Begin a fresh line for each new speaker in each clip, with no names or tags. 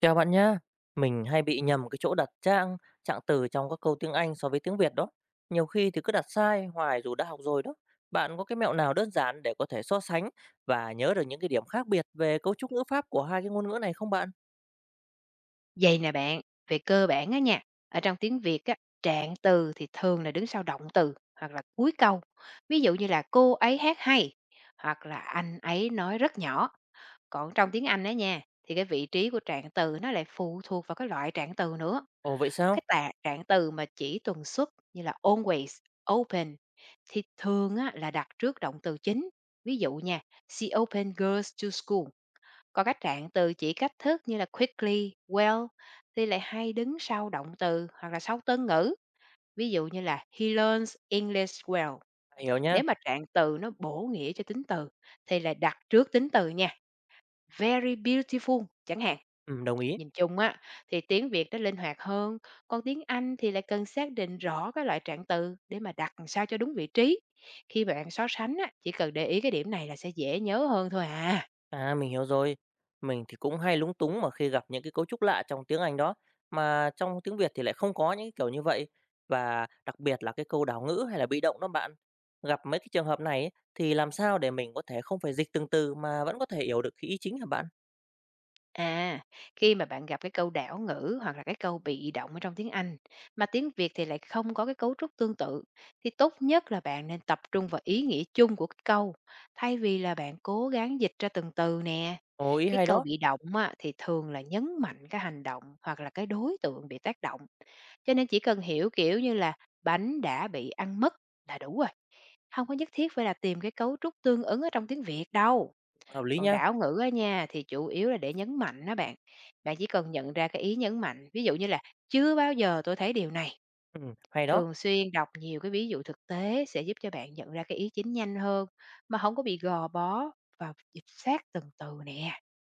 Chào bạn nhá. Mình hay bị nhầm cái chỗ đặt trạng từ trong các câu tiếng Anh so với tiếng Việt đó. Nhiều khi thì cứ đặt sai hoài dù đã học rồi đó. Bạn có cái mẹo nào đơn giản để có thể so sánh và nhớ được những cái điểm khác biệt về cấu trúc ngữ pháp của hai cái ngôn ngữ này không bạn?
Vậy nè bạn, về cơ bản á nha, ở trong tiếng Việt á, trạng từ thì thường là đứng sau động từ hoặc là cuối câu. Ví dụ như là cô ấy hát hay, hoặc là anh ấy nói rất nhỏ. Còn trong tiếng Anh á nha, thì cái vị trí của trạng từ nó lại phụ thuộc vào cái loại trạng từ nữa.
Ồ vậy sao?
Trạng từ mà chỉ tuần suất như là always, open thì thường á, là đặt trước động từ chính. Ví dụ nha, she opened girls to school. Còn các trạng từ chỉ cách thức như là quickly, well thì lại hay đứng sau động từ hoặc là sau tân ngữ. Ví dụ như là he learns English well.
Hiểu nhá.
Nếu mà trạng từ nó bổ nghĩa cho tính từ thì lại đặt trước tính từ nha. Very beautiful chẳng hạn.
Ừ, đồng ý.
Nhìn chung á, thì tiếng Việt nó linh hoạt hơn, còn tiếng Anh thì lại cần xác định rõ cái loại trạng từ để mà đặt làm sao cho đúng vị trí. Khi bạn so sánh á, chỉ cần để ý cái điểm này là sẽ dễ nhớ hơn thôi à.
À, mình hiểu rồi. Mình thì cũng hay lúng túng mà khi gặp những cái cấu trúc lạ trong tiếng Anh đó, mà trong tiếng Việt thì lại không có những cái kiểu như vậy. Và đặc biệt là cái câu đảo ngữ hay là bị động đó bạn. Gặp mấy cái trường hợp này ấy, thì làm sao để mình có thể không phải dịch từng từ mà vẫn có thể hiểu được cái ý chính hả bạn?
À, khi mà bạn gặp cái câu đảo ngữ hoặc là cái câu bị động ở trong tiếng Anh, mà tiếng Việt thì lại không có cái cấu trúc tương tự, thì tốt nhất là bạn nên tập trung vào ý nghĩa chung của cái câu, thay vì là bạn cố gắng dịch ra từng từ nè.
Ồ, ý
Cái
hay
câu
đó,
bị động á, thì thường là nhấn mạnh cái hành động hoặc là cái đối tượng bị tác động. Cho nên chỉ cần hiểu kiểu như là bánh đã bị ăn mất là đủ rồi. Không có nhất thiết phải là tìm cái cấu trúc tương ứng ở trong tiếng Việt đâu.
hợp lý
Còn
nha.
đảo ngữ á nha, thì chủ yếu là để nhấn mạnh đó bạn. Bạn chỉ cần nhận ra cái ý nhấn mạnh, ví dụ như là "Chưa bao giờ tôi thấy điều này."
Ừ, hay đó.
Thường xuyên đọc nhiều cái ví dụ thực tế sẽ giúp cho bạn nhận ra cái ý chính nhanh hơn, mà không có bị gò bó và dịch sát từng từ nè.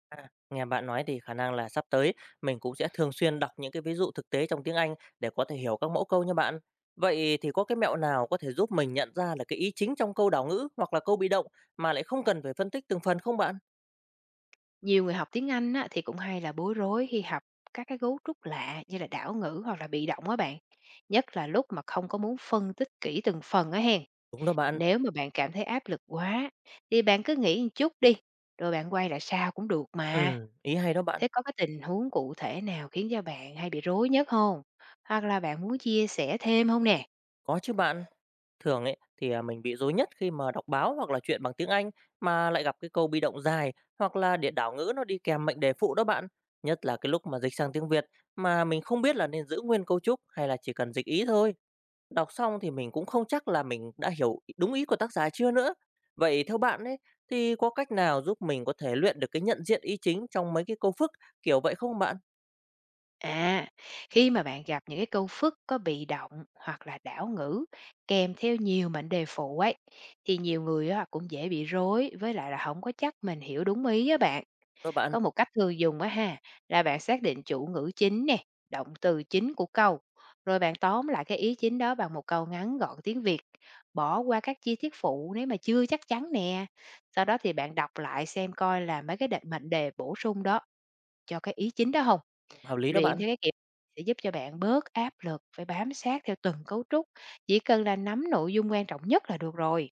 À, nghe bạn nói thì khả năng là sắp tới mình cũng sẽ thường xuyên đọc những cái ví dụ thực tế trong tiếng Anh để có thể hiểu các mẫu câu như bạn. Vậy thì có cái mẹo nào có thể giúp mình nhận ra là cái ý chính trong câu đảo ngữ hoặc là câu bị động mà lại không cần phải phân tích từng phần không bạn?
Nhiều người học tiếng Anh á, thì cũng hay là bối rối khi học các cái cấu trúc lạ như là đảo ngữ hoặc là bị động á bạn, nhất là lúc mà không có muốn phân tích kỹ từng phần á hen.
Đúng đó bạn.
Nếu mà bạn cảm thấy áp lực quá thì bạn cứ nghỉ một chút đi, rồi bạn quay lại sau cũng được mà.
Ừ, ý hay đó bạn.
Thế có cái tình huống cụ thể nào khiến cho bạn hay bị rối nhất không? Hoặc là bạn muốn chia sẻ thêm không nè?
Có chứ bạn. Thường ấy thì à, mình bị rối nhất khi mà đọc báo hoặc là truyện bằng tiếng Anh mà lại gặp cái câu bị động dài hoặc là địa đảo ngữ nó đi kèm mệnh đề phụ đó bạn. Nhất là cái lúc mà dịch sang tiếng Việt mà mình không biết là nên giữ nguyên cấu trúc hay là chỉ cần dịch ý thôi. Đọc xong thì mình cũng không chắc là mình đã hiểu đúng ý của tác giả chưa nữa. Vậy theo bạn ấy thì có cách nào giúp mình có thể luyện được cái nhận diện ý chính trong mấy cái câu phức kiểu vậy không bạn?
À, khi mà bạn gặp những cái câu phức có bị động hoặc là đảo ngữ kèm theo nhiều mệnh đề phụ ấy, thì nhiều người á cũng dễ bị rối, với lại là không có chắc mình hiểu đúng ý á bạn.
Đó bạn,
Có một cách thường dùng á ha, là bạn xác định chủ ngữ chính nè, động từ chính của câu, rồi bạn tóm lại cái ý chính đó bằng một câu ngắn gọn tiếng Việt, bỏ qua các chi tiết phụ nếu mà chưa chắc chắn nè. Sau đó thì bạn đọc lại xem coi là mấy cái định mệnh đề bổ sung đó cho cái ý chính đó không.
ừ, hợp lý đó
Luyện
bạn.
theo cái kiểu sẽ giúp cho bạn bớt áp lực phải bám sát theo từng cấu trúc, chỉ cần là nắm nội dung quan trọng nhất là được rồi.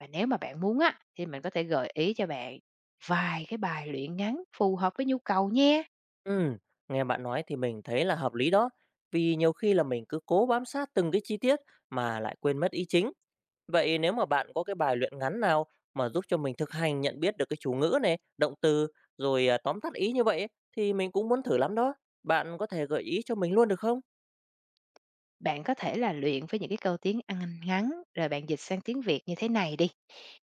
Và nếu mà bạn muốn á, thì mình có thể gợi ý cho bạn vài cái bài luyện ngắn phù hợp với nhu cầu nhé.
Ừ, nghe bạn nói thì mình thấy là hợp lý đó. Vì nhiều khi là mình cứ cố bám sát từng cái chi tiết mà lại quên mất ý chính. Vậy nếu mà bạn có cái bài luyện ngắn nào mà giúp cho mình thực hành nhận biết được cái chủ ngữ này, động từ rồi à, tóm tắt ý như vậy ấy, thì mình cũng muốn thử lắm đó. Bạn có thể gợi ý cho mình luôn được không?
Bạn có thể là luyện với những cái câu tiếng Anh ngắn, rồi bạn dịch sang tiếng Việt như thế này đi.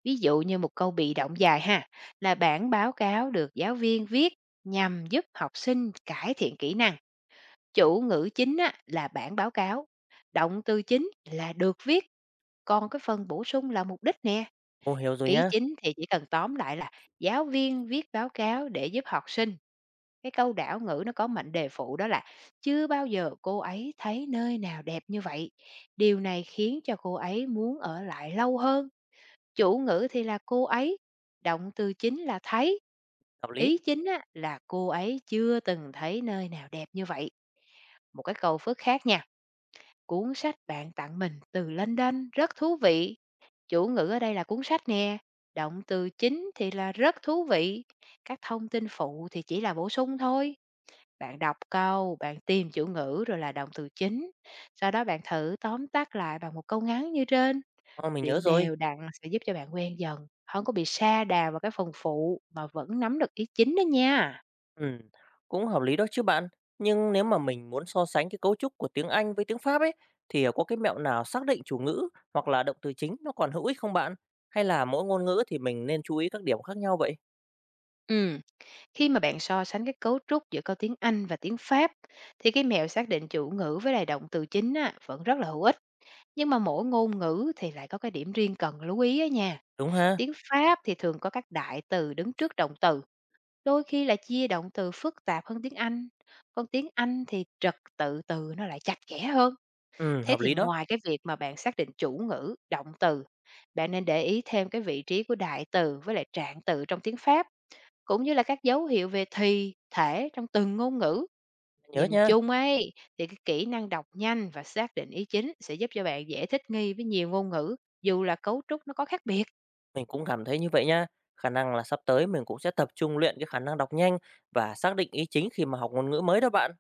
Ví dụ như một câu bị động dài ha, là bản báo cáo được giáo viên viết nhằm giúp học sinh cải thiện kỹ năng. Chủ ngữ chính á, là bản báo cáo, động từ chính là được viết, còn cái phần bổ sung là mục đích nè.
Ô, hiểu rồi
Ý
nhá,
chính thì chỉ cần tóm lại là giáo viên viết báo cáo để giúp học sinh. Cái câu đảo ngữ nó có mệnh đề phụ đó là chưa bao giờ cô ấy thấy nơi nào đẹp như vậy. Điều này khiến cho cô ấy muốn ở lại lâu hơn. Chủ ngữ thì là cô ấy, động từ chính là thấy.
hợp lý.
Ý chính á, là cô ấy chưa từng thấy nơi nào đẹp như vậy. Một cái câu phức khác nha. Cuốn sách bạn tặng mình từ London rất thú vị. Chủ ngữ ở đây là cuốn sách nè, động từ chính thì là rất thú vị, các thông tin phụ thì chỉ là bổ sung thôi. Bạn đọc câu, bạn tìm chủ ngữ rồi là động từ chính. Sau đó bạn thử tóm tắt lại bằng một câu ngắn như trên.
Ờ, mình nhớ
Luyện
rồi.
đều đặn sẽ giúp cho bạn quen dần, không có bị sa đà vào cái phần phụ mà vẫn nắm được ý chính đó nha.
Ừm, cũng hợp lý đó chứ bạn. Nhưng nếu mà mình muốn so sánh cái cấu trúc của tiếng Anh với tiếng Pháp ấy, thì có cái mẹo nào xác định chủ ngữ hoặc là động từ chính nó còn hữu ích không bạn? Hay là mỗi ngôn ngữ thì mình nên chú ý các điểm khác nhau vậy?
Ừ, khi mà bạn so sánh cái cấu trúc giữa câu tiếng Anh và tiếng Pháp thì cái mẹo xác định chủ ngữ với lại động từ chính á, vẫn rất là hữu ích. Nhưng mà mỗi ngôn ngữ thì lại có cái điểm riêng cần lưu ý á nha.
Đúng ha?
Tiếng Pháp thì thường có các đại từ đứng trước động từ, đôi khi là chia động từ phức tạp hơn tiếng Anh. Còn tiếng Anh thì trật tự từ nó lại chặt chẽ hơn. Thế
Hợp
thì
lý đó,
ngoài cái việc mà bạn xác định chủ ngữ, động từ, bạn nên để ý thêm cái vị trí của đại từ với lại trạng từ trong tiếng Pháp, cũng như là các dấu hiệu về thì, thể trong từng ngôn ngữ.
nhớ
Nhìn
nha.
chung ấy, thì cái kỹ năng đọc nhanh và xác định ý chính sẽ giúp cho bạn dễ thích nghi với nhiều ngôn ngữ, dù là cấu trúc nó có khác biệt.
Mình cũng cảm thấy như vậy nha. Khả năng là sắp tới mình cũng sẽ tập trung luyện cái khả năng đọc nhanh và xác định ý chính khi mà học ngôn ngữ mới đó bạn.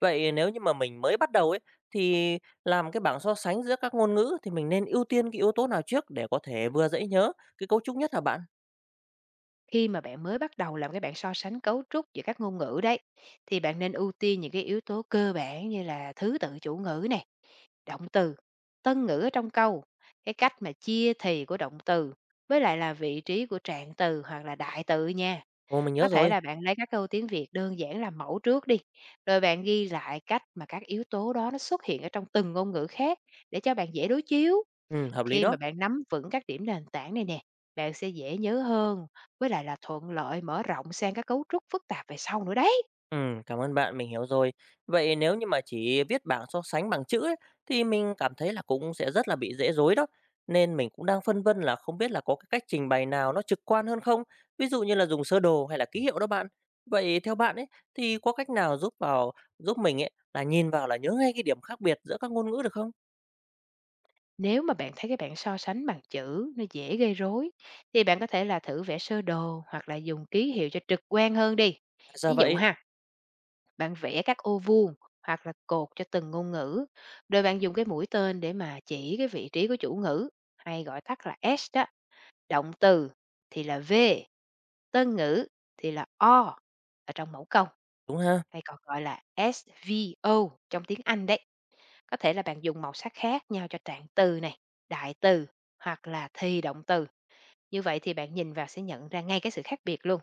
Vậy nếu như mà mình mới bắt đầu ấy thì làm cái bảng so sánh giữa các ngôn ngữ thì mình nên ưu tiên cái yếu tố nào trước để có thể vừa dễ nhớ cái cấu trúc nhất hả bạn?
Khi mà bạn mới bắt đầu làm các bạn so sánh cấu trúc giữa các ngôn ngữ đấy, thì bạn nên ưu tiên những cái yếu tố cơ bản như là thứ tự chủ ngữ này, động từ, tân ngữ ở trong câu, cái cách mà chia thì của động từ, với lại là vị trí của trạng từ hoặc là đại từ nha.
Ồ mình nhớ
Có thể
rồi.
là bạn lấy các câu tiếng Việt đơn giản làm mẫu trước đi, rồi bạn ghi lại cách mà các yếu tố đó nó xuất hiện ở trong từng ngôn ngữ khác để cho bạn dễ đối chiếu.
Ừ, hợp lý
Khi mà
đó.
bạn nắm vững các điểm nền tảng này nè, bạn sẽ dễ nhớ hơn, với lại là thuận lợi mở rộng sang các cấu trúc phức tạp về sau nữa đấy.
Cảm ơn bạn, mình hiểu rồi. Vậy nếu như mà chỉ viết bảng so sánh bằng chữ ấy, thì mình cảm thấy là cũng sẽ rất là bị dễ dối đó. Nên mình cũng đang phân vân là không biết là có cái cách trình bày nào nó trực quan hơn không? Ví dụ như là dùng sơ đồ hay là ký hiệu đó bạn. Vậy theo bạn ấy thì có cách nào giúp mình ấy là nhìn vào là nhớ ngay cái điểm khác biệt giữa các ngôn ngữ được không?
Nếu mà bạn thấy các bạn so sánh bằng chữ nó dễ gây rối, thì bạn có thể là thử vẽ sơ đồ hoặc là dùng ký hiệu cho trực quan hơn đi.
À, ra
Ví dụ
vậy,
ha, bạn vẽ các ô vuông hoặc là cột cho từng ngôn ngữ, rồi bạn dùng cái mũi tên để mà chỉ cái vị trí của chủ ngữ, hay gọi tắt là S đó. Động từ thì là V, tân ngữ thì là O ở trong mẫu câu,
đúng ha,
hay còn gọi là SVO trong tiếng Anh đấy. Có thể là bạn dùng màu sắc khác nhau cho trạng từ này, đại từ, hoặc là thì động từ. Như vậy thì bạn nhìn vào sẽ nhận ra ngay cái sự khác biệt luôn.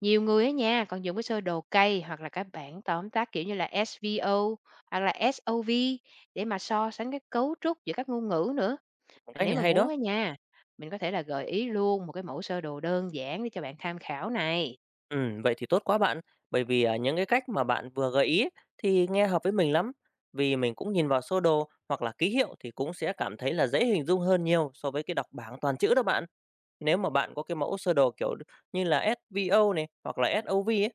Nhiều người ở nhà còn dùng cái sơ đồ cây hoặc là cái bảng tóm tắt, kiểu như là SVO hoặc là SOV để mà so sánh cái cấu trúc giữa các ngôn ngữ nữa. Mà
cách
nếu
này
mà
hay
muốn,
đó.
ở nhà mình có thể là gợi ý luôn một cái mẫu sơ đồ đơn giản để cho bạn tham khảo này.
Vậy thì tốt quá bạn, bởi vì, à, những cái cách mà bạn vừa gợi ý ấy, thì nghe hợp với mình lắm, vì mình cũng nhìn vào sơ đồ hoặc là ký hiệu thì cũng sẽ cảm thấy là dễ hình dung hơn nhiều so với cái đọc bảng toàn chữ đó bạn. Nếu mà bạn có cái mẫu sơ đồ, kiểu, như là SVO này hoặc là SOV ấy,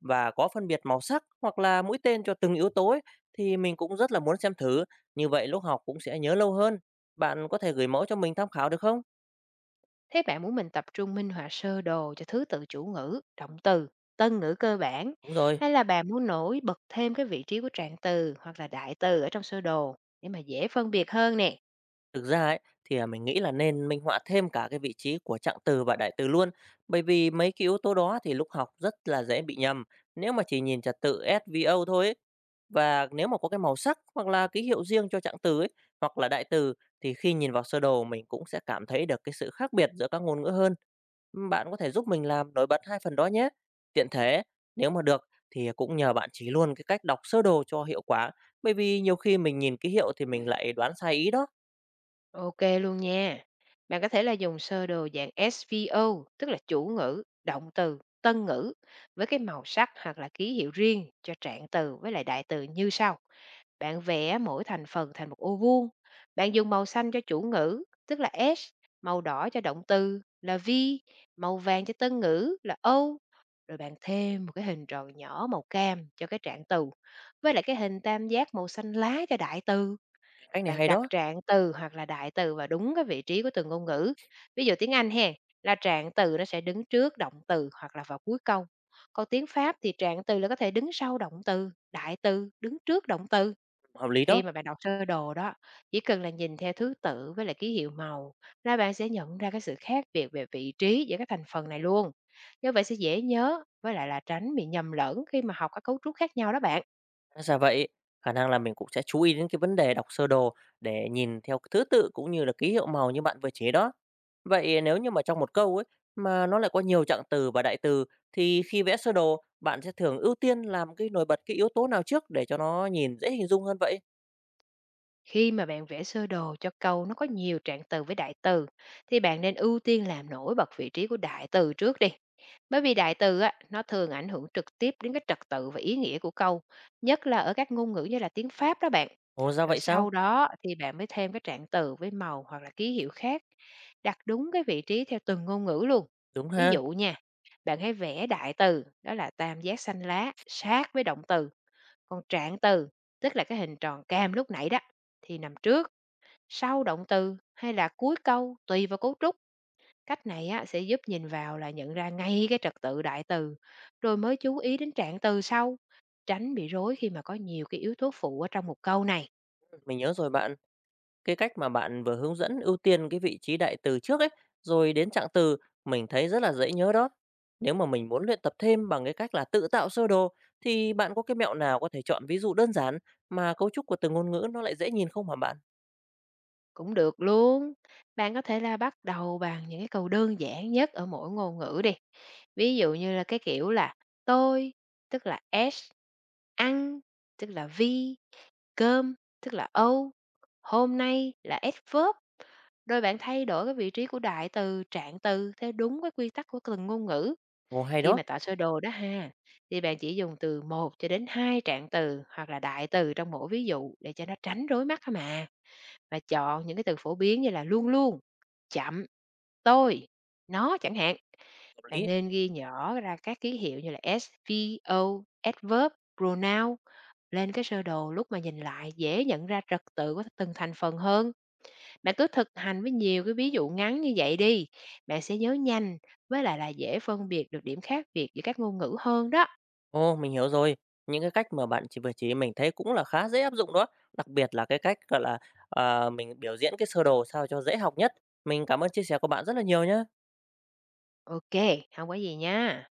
và có phân biệt màu sắc hoặc là mũi tên cho từng yếu tố ấy, thì mình cũng rất là muốn xem thử, như vậy lúc học cũng sẽ nhớ lâu hơn. Bạn có thể gửi mẫu cho mình tham khảo được không?
Thế bạn muốn mình tập trung minh họa sơ đồ cho thứ tự chủ ngữ, động từ, tân ngữ cơ bản,
Đúng rồi.
hay là bạn muốn nổi bật thêm cái vị trí của trạng từ hoặc là đại từ ở trong sơ đồ để mà dễ phân biệt hơn nè?
Thực ra ấy, thì, à, mình nghĩ là nên minh họa thêm cả cái vị trí của trạng từ và đại từ luôn, bởi vì mấy cái yếu tố đó thì lúc học rất là dễ bị nhầm, nếu mà chỉ nhìn trật tự SVO thôi ấy. Và nếu mà có cái màu sắc hoặc là ký hiệu riêng cho trạng từ ấy, hoặc là đại từ thì khi nhìn vào sơ đồ mình cũng sẽ cảm thấy được cái sự khác biệt giữa các ngôn ngữ hơn. Bạn có thể giúp mình làm nổi bật hai phần đó nhé. Tiện thể, nếu mà được thì cũng nhờ bạn chỉ luôn cái cách đọc sơ đồ cho hiệu quả, bởi vì nhiều khi mình nhìn ký hiệu thì mình lại đoán sai ý đó.
OK luôn nha. Bạn có thể là dùng sơ đồ dạng SVO, tức là chủ ngữ, động từ, tân ngữ, với cái màu sắc hoặc là ký hiệu riêng cho trạng từ với lại đại từ như sau. Bạn vẽ mỗi thành phần thành một ô vuông. Bạn dùng màu xanh cho chủ ngữ, tức là S, màu đỏ cho động từ là V, màu vàng cho tân ngữ là O. Rồi bạn thêm một cái hình tròn nhỏ màu cam cho cái trạng từ, với lại cái hình tam giác màu xanh lá cho đại từ.
Cách này
Bạn
hay
đặt
đó,
trạng từ hoặc là đại từ vào đúng cái vị trí của từ ngôn ngữ. Ví dụ tiếng Anh hén, là trạng từ nó sẽ đứng trước động từ hoặc là vào cuối câu. Còn tiếng Pháp thì trạng từ là có thể đứng sau động từ, đại từ đứng trước động từ.
hợp lý đó.
Khi mà bạn đọc sơ đồ đó, chỉ cần là nhìn theo thứ tự với lại ký hiệu màu là bạn sẽ nhận ra cái sự khác biệt về vị trí giữa các thành phần này luôn. Như vậy sẽ dễ nhớ, với lại là tránh bị nhầm lẫn khi mà học các cấu trúc khác nhau đó bạn.
Hóa ra vậy, khả năng là mình cũng sẽ chú ý đến cái vấn đề đọc sơ đồ để nhìn theo thứ tự cũng như là ký hiệu màu như bạn vừa chỉ đó. Vậy nếu như mà trong một câu ấy mà nó lại có nhiều trạng từ và đại từ thì khi vẽ sơ đồ bạn sẽ thường ưu tiên làm cái nổi bật cái yếu tố nào trước để cho nó nhìn dễ hình dung hơn vậy?
Khi mà bạn vẽ sơ đồ cho câu nó có nhiều trạng từ với đại từ, thì bạn nên ưu tiên làm nổi bật vị trí của đại từ trước đi. Bởi vì đại từ á, nó thường ảnh hưởng trực tiếp đến cái trật tự và ý nghĩa của câu, nhất là ở các ngôn ngữ như là tiếng Pháp đó bạn.
Ồ ra
Rồi
vậy sao?
sau đó thì bạn mới thêm cái trạng từ với màu hoặc là ký hiệu khác, đặt đúng cái vị trí theo từng ngôn ngữ luôn.
Đúng
Ví
ha,
dụ nha, bạn hãy vẽ đại từ, đó là tam giác xanh lá sát với động từ, còn trạng từ, tức là cái hình tròn cam lúc nãy đó, thì nằm trước, sau động từ hay là cuối câu tùy vào cấu trúc. Cách này á, sẽ giúp nhìn vào là nhận ra ngay cái trật tự đại từ, rồi mới chú ý đến trạng từ sau, tránh bị rối khi mà có nhiều cái yếu tố phụ ở trong một câu này.
mình nhớ rồi bạn. Cái cách mà bạn vừa hướng dẫn ưu tiên cái vị trí đại từ trước ấy, rồi đến trạng từ, mình thấy rất là dễ nhớ đó. Nếu mà mình muốn luyện tập thêm bằng cái cách là tự tạo sơ đồ, thì bạn có cái mẹo nào có thể chọn ví dụ đơn giản mà cấu trúc của từng ngôn ngữ nó lại dễ nhìn không hả bạn?
Cũng được luôn. Bạn có thể là bắt đầu bằng những cái câu đơn giản nhất ở mỗi ngôn ngữ đi. Ví dụ như là cái kiểu là tôi, tức là S, ăn, tức là V, cơm, tức là âu, hôm nay là adverb verb, rồi bạn thay đổi cái vị trí của đại từ, trạng từ theo đúng cái quy tắc của từng ngôn ngữ.
Ồ hay
Khi
đó,
mà tạo sơ đồ đó ha, thì bạn chỉ dùng từ một cho đến 2 trạng từ hoặc là đại từ trong mỗi ví dụ để cho nó tránh rối mắt thôi mà. Và chọn những cái từ phổ biến như là luôn luôn, chậm, tôi, nó chẳng hạn.
hợp
Bạn
lý.
nên ghi nhỏ ra các ký hiệu như là S, V, O, adverb, pronoun lên cái sơ đồ, lúc mà nhìn lại dễ nhận ra trật tự của từng thành phần hơn. Bạn cứ thực hành với nhiều cái ví dụ ngắn như vậy đi. Bạn sẽ nhớ nhanh, với lại là dễ phân biệt được điểm khác biệt giữa các ngôn ngữ hơn đó.
Ồ mình hiểu rồi. Những cái cách mà bạn vừa chỉ mình thấy cũng là khá dễ áp dụng đó. Đặc biệt là cái cách gọi là à, mình biểu diễn cái sơ đồ sao cho dễ học nhất. Mình cảm ơn chia sẻ của bạn rất là nhiều nhé.
OK, không có gì nha.